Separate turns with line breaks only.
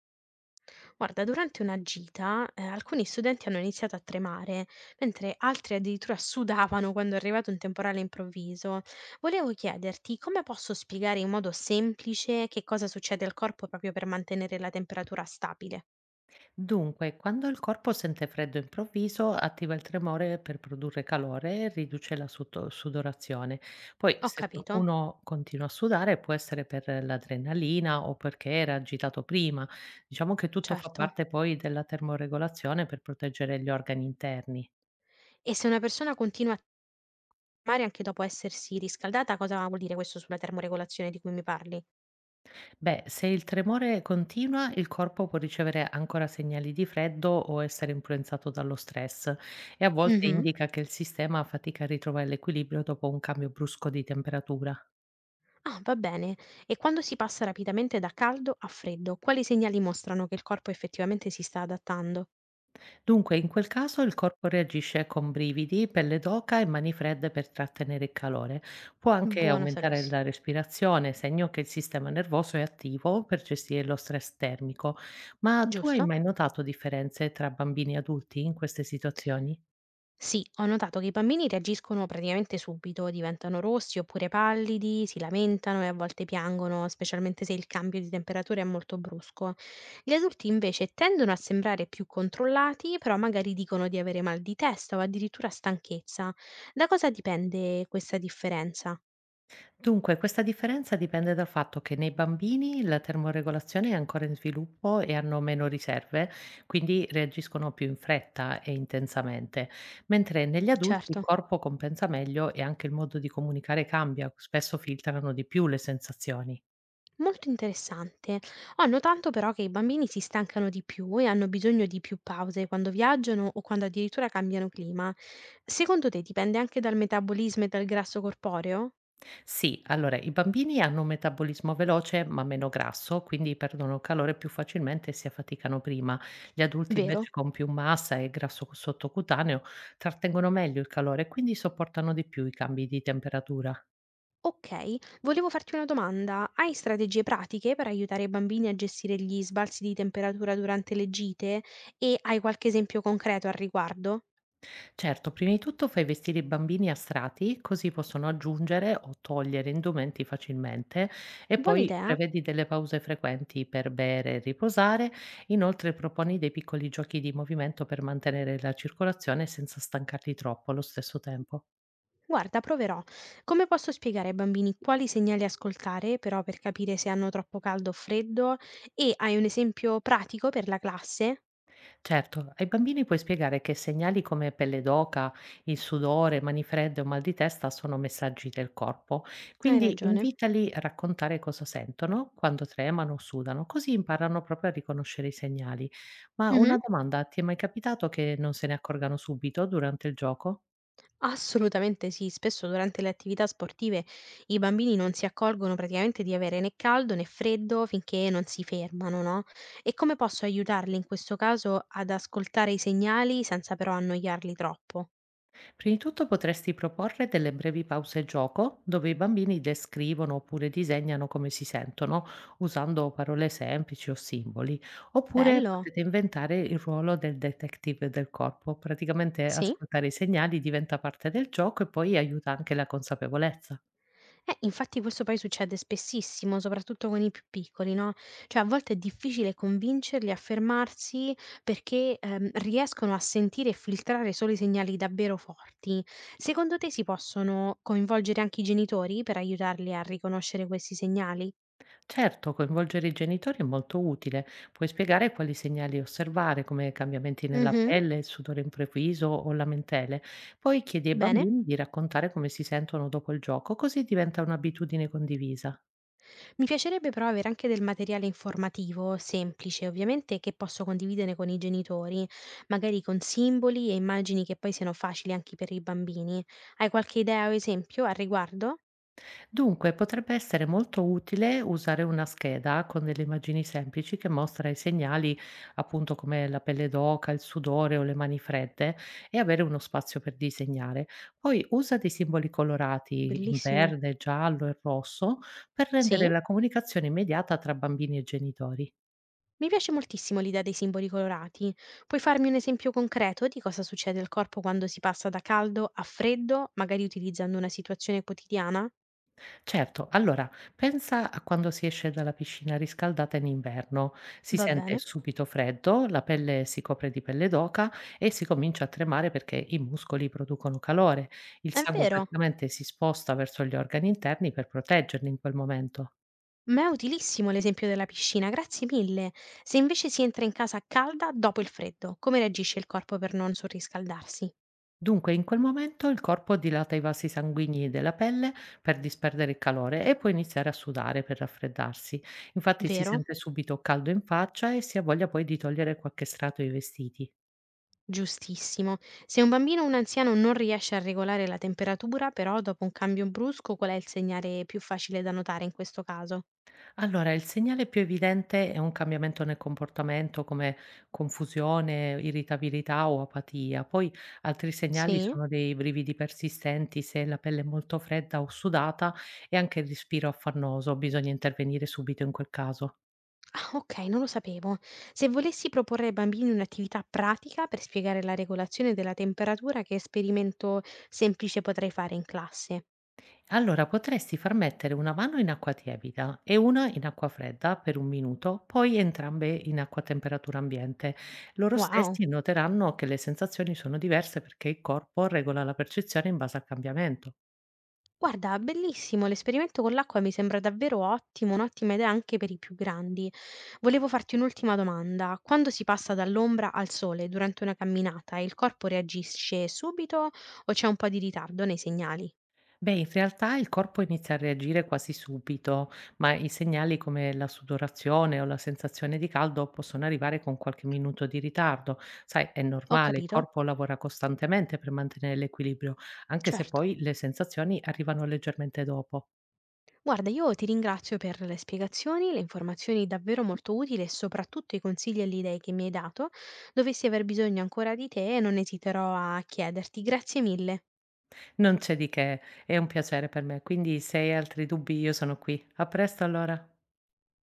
Guarda, durante una gita, alcuni studenti hanno iniziato a tremare, mentre altri addirittura sudavano quando è arrivato un temporale improvviso. Volevo chiederti come posso spiegare in modo semplice che cosa succede al corpo proprio per mantenere la temperatura stabile.
Dunque, quando il corpo sente freddo improvviso, attiva il tremore per produrre calore e riduce la sudorazione. Poi,
Ho
se
capito,
qualcuno continua a sudare, può essere per l'adrenalina o perché era agitato prima. Diciamo che tutto fa
certo.
parte poi della termoregolazione per proteggere gli organi interni.
E se una persona continua a tremare anche dopo essersi riscaldata, cosa vuol dire questo sulla termoregolazione di cui mi parli?
Beh, se il tremore continua, il corpo può ricevere ancora segnali di freddo o essere influenzato dallo stress e a volte
Mhm.
indica che il sistema fatica a ritrovare l'equilibrio dopo un cambio brusco di temperatura.
Ah, va bene. E quando si passa rapidamente da caldo a freddo, quali segnali mostrano che il corpo effettivamente si sta adattando?
Dunque, in quel caso il corpo reagisce con brividi, pelle d'oca e mani fredde per trattenere il calore. Può anche
Buono
aumentare
sapersi.
la respirazione, segno che il sistema nervoso è attivo per gestire lo stress termico. Ma tu hai
Giusto?
mai notato differenze tra bambini e adulti in queste situazioni?
Sì, ho notato che i bambini reagiscono praticamente subito, diventano rossi oppure pallidi, si lamentano e a volte piangono, specialmente se il cambio di temperatura è molto brusco. Gli adulti invece tendono a sembrare più controllati, però magari dicono di avere mal di testa o addirittura stanchezza. Da cosa dipende questa differenza?
Dunque, questa differenza dipende dal fatto che nei bambini la termoregolazione è ancora in sviluppo e hanno meno riserve, quindi reagiscono più in fretta e intensamente, mentre negli adulti il
Certo.
corpo compensa meglio e anche il modo di comunicare cambia, spesso filtrano di più le sensazioni.
Molto interessante. Ho notato però che i bambini si stancano di più e hanno bisogno di più pause quando viaggiano o quando addirittura cambiano clima. Secondo te dipende anche dal metabolismo e dal grasso corporeo?
Sì, allora i bambini hanno un metabolismo veloce ma meno grasso, quindi perdono calore più facilmente e si affaticano prima. Gli adulti
Vero?
invece con più massa e grasso sottocutaneo trattengono meglio il calore e quindi sopportano di più i cambi di temperatura.
Ok, volevo farti una domanda. Hai strategie pratiche per aiutare i bambini a gestire gli sbalzi di temperatura durante le gite? E hai qualche esempio concreto al riguardo?
Certo, prima di tutto fai vestire i bambini a strati, così possono aggiungere o togliere indumenti facilmente e
Buona
poi
idea.
prevedi delle pause frequenti per bere e riposare. Inoltre proponi dei piccoli giochi di movimento per mantenere la circolazione senza stancarli troppo allo stesso tempo.
Guarda, proverò. Come posso spiegare ai bambini quali segnali ascoltare, però per capire se hanno troppo caldo o freddo? E hai un esempio pratico per la classe?
Certo, ai bambini puoi spiegare che segnali come pelle d'oca, il sudore, mani fredde o mal di testa sono messaggi del corpo,
Hai
quindi
ragione.
invitali a raccontare cosa sentono quando tremano o sudano, così imparano proprio a riconoscere i segnali. Ma
Mhm.
una domanda, ti è mai capitato che non se ne accorgano subito durante il gioco?
Assolutamente sì, spesso durante le attività sportive i bambini non si accorgono praticamente di avere né caldo né freddo finché non si fermano, no? E come posso aiutarli in questo caso ad ascoltare i segnali senza però annoiarli troppo?
Prima di tutto potresti proporre delle brevi pause gioco dove i bambini descrivono oppure disegnano come si sentono usando parole semplici o simboli, oppure
Bello?
potete inventare il ruolo del detective del corpo, praticamente
Sì?
ascoltare i segnali diventa parte del gioco e poi aiuta anche la consapevolezza.
Infatti questo poi succede spessissimo, soprattutto con i più piccoli, no, cioè a volte è difficile convincerli a fermarsi perché, riescono a sentire e filtrare solo i segnali davvero forti. Secondo te si possono coinvolgere anche i genitori per aiutarli a riconoscere questi segnali?
Certo, coinvolgere i genitori è molto utile. Puoi spiegare quali segnali osservare, come cambiamenti nella
Mh-mh,
pelle, sudore improvviso o lamentele. Poi chiedi ai
bene.
bambini di raccontare come si sentono dopo il gioco, così diventa un'abitudine condivisa.
Mi piacerebbe però avere anche del materiale informativo, semplice ovviamente, che posso condividere con i genitori, magari con simboli e immagini che poi siano facili anche per i bambini. Hai qualche idea o esempio al riguardo?
Dunque, potrebbe essere molto utile usare una scheda con delle immagini semplici che mostra i segnali, appunto come la pelle d'oca, il sudore o le mani fredde, e avere uno spazio per disegnare. Poi usa dei simboli colorati in
Bellissimo.
verde, giallo e rosso per rendere
Sì?
la comunicazione immediata tra bambini e genitori.
Mi piace moltissimo l'idea dei simboli colorati. Puoi farmi un esempio concreto di cosa succede al corpo quando si passa da caldo a freddo, magari utilizzando una situazione quotidiana?
Certo, allora pensa a quando si esce dalla piscina riscaldata in inverno, si
Va
sente
bene.
subito freddo, la pelle si copre di pelle d'oca e si comincia a tremare perché i muscoli producono calore, il
È
sangue
vero.
praticamente si sposta verso gli organi interni per proteggerli in quel momento.
Ma è utilissimo l'esempio della piscina, grazie mille. Se invece si entra in casa calda dopo il freddo, come reagisce il corpo per non surriscaldarsi?
Dunque in quel momento il corpo dilata i vasi sanguigni della pelle per disperdere il calore e può iniziare a sudare per raffreddarsi. Infatti si
Vero?
sente subito caldo in faccia e si ha voglia poi di togliere qualche strato dei vestiti.
Giustissimo. Se un bambino o un anziano non riesce a regolare la temperatura, però dopo un cambio brusco, qual è il segnale più facile da notare in questo caso?
Allora, il segnale più evidente è un cambiamento nel comportamento come confusione, irritabilità o apatia. Poi altri segnali
Sì?
sono dei brividi persistenti, se la pelle è molto fredda o sudata e anche il respiro affannoso, bisogna intervenire subito in quel caso.
Ah, ok, non lo sapevo. Se volessi proporre ai bambini un'attività pratica per spiegare la regolazione della temperatura, che esperimento semplice potrei fare in classe?
Allora, potresti far mettere una mano in acqua tiepida e una in acqua fredda per un minuto, poi entrambe in acqua a temperatura ambiente. Loro
Wow!
stessi noteranno che le sensazioni sono diverse perché il corpo regola la percezione in base al cambiamento.
Guarda, bellissimo, l'esperimento con l'acqua mi sembra davvero ottimo, un'ottima idea anche per i più grandi. Volevo farti un'ultima domanda. Quando si passa dall'ombra al sole durante una camminata, il corpo reagisce subito o c'è un po' di ritardo nei segnali?
Beh, in realtà il corpo inizia a reagire quasi subito, ma i segnali come la sudorazione o la sensazione di caldo possono arrivare con qualche minuto di ritardo. Sai, è
Ho
normale, il
capito?
corpo lavora costantemente per mantenere l'equilibrio, anche se
Certo.
poi le sensazioni arrivano leggermente dopo.
Guarda, io ti ringrazio per le spiegazioni, le informazioni davvero molto utili e soprattutto i consigli e le idee che mi hai dato. Dovessi aver bisogno ancora di te, non esiterò a chiederti. Grazie mille.
Non c'è di che, è un piacere per me, quindi se hai altri dubbi io sono qui. A presto allora.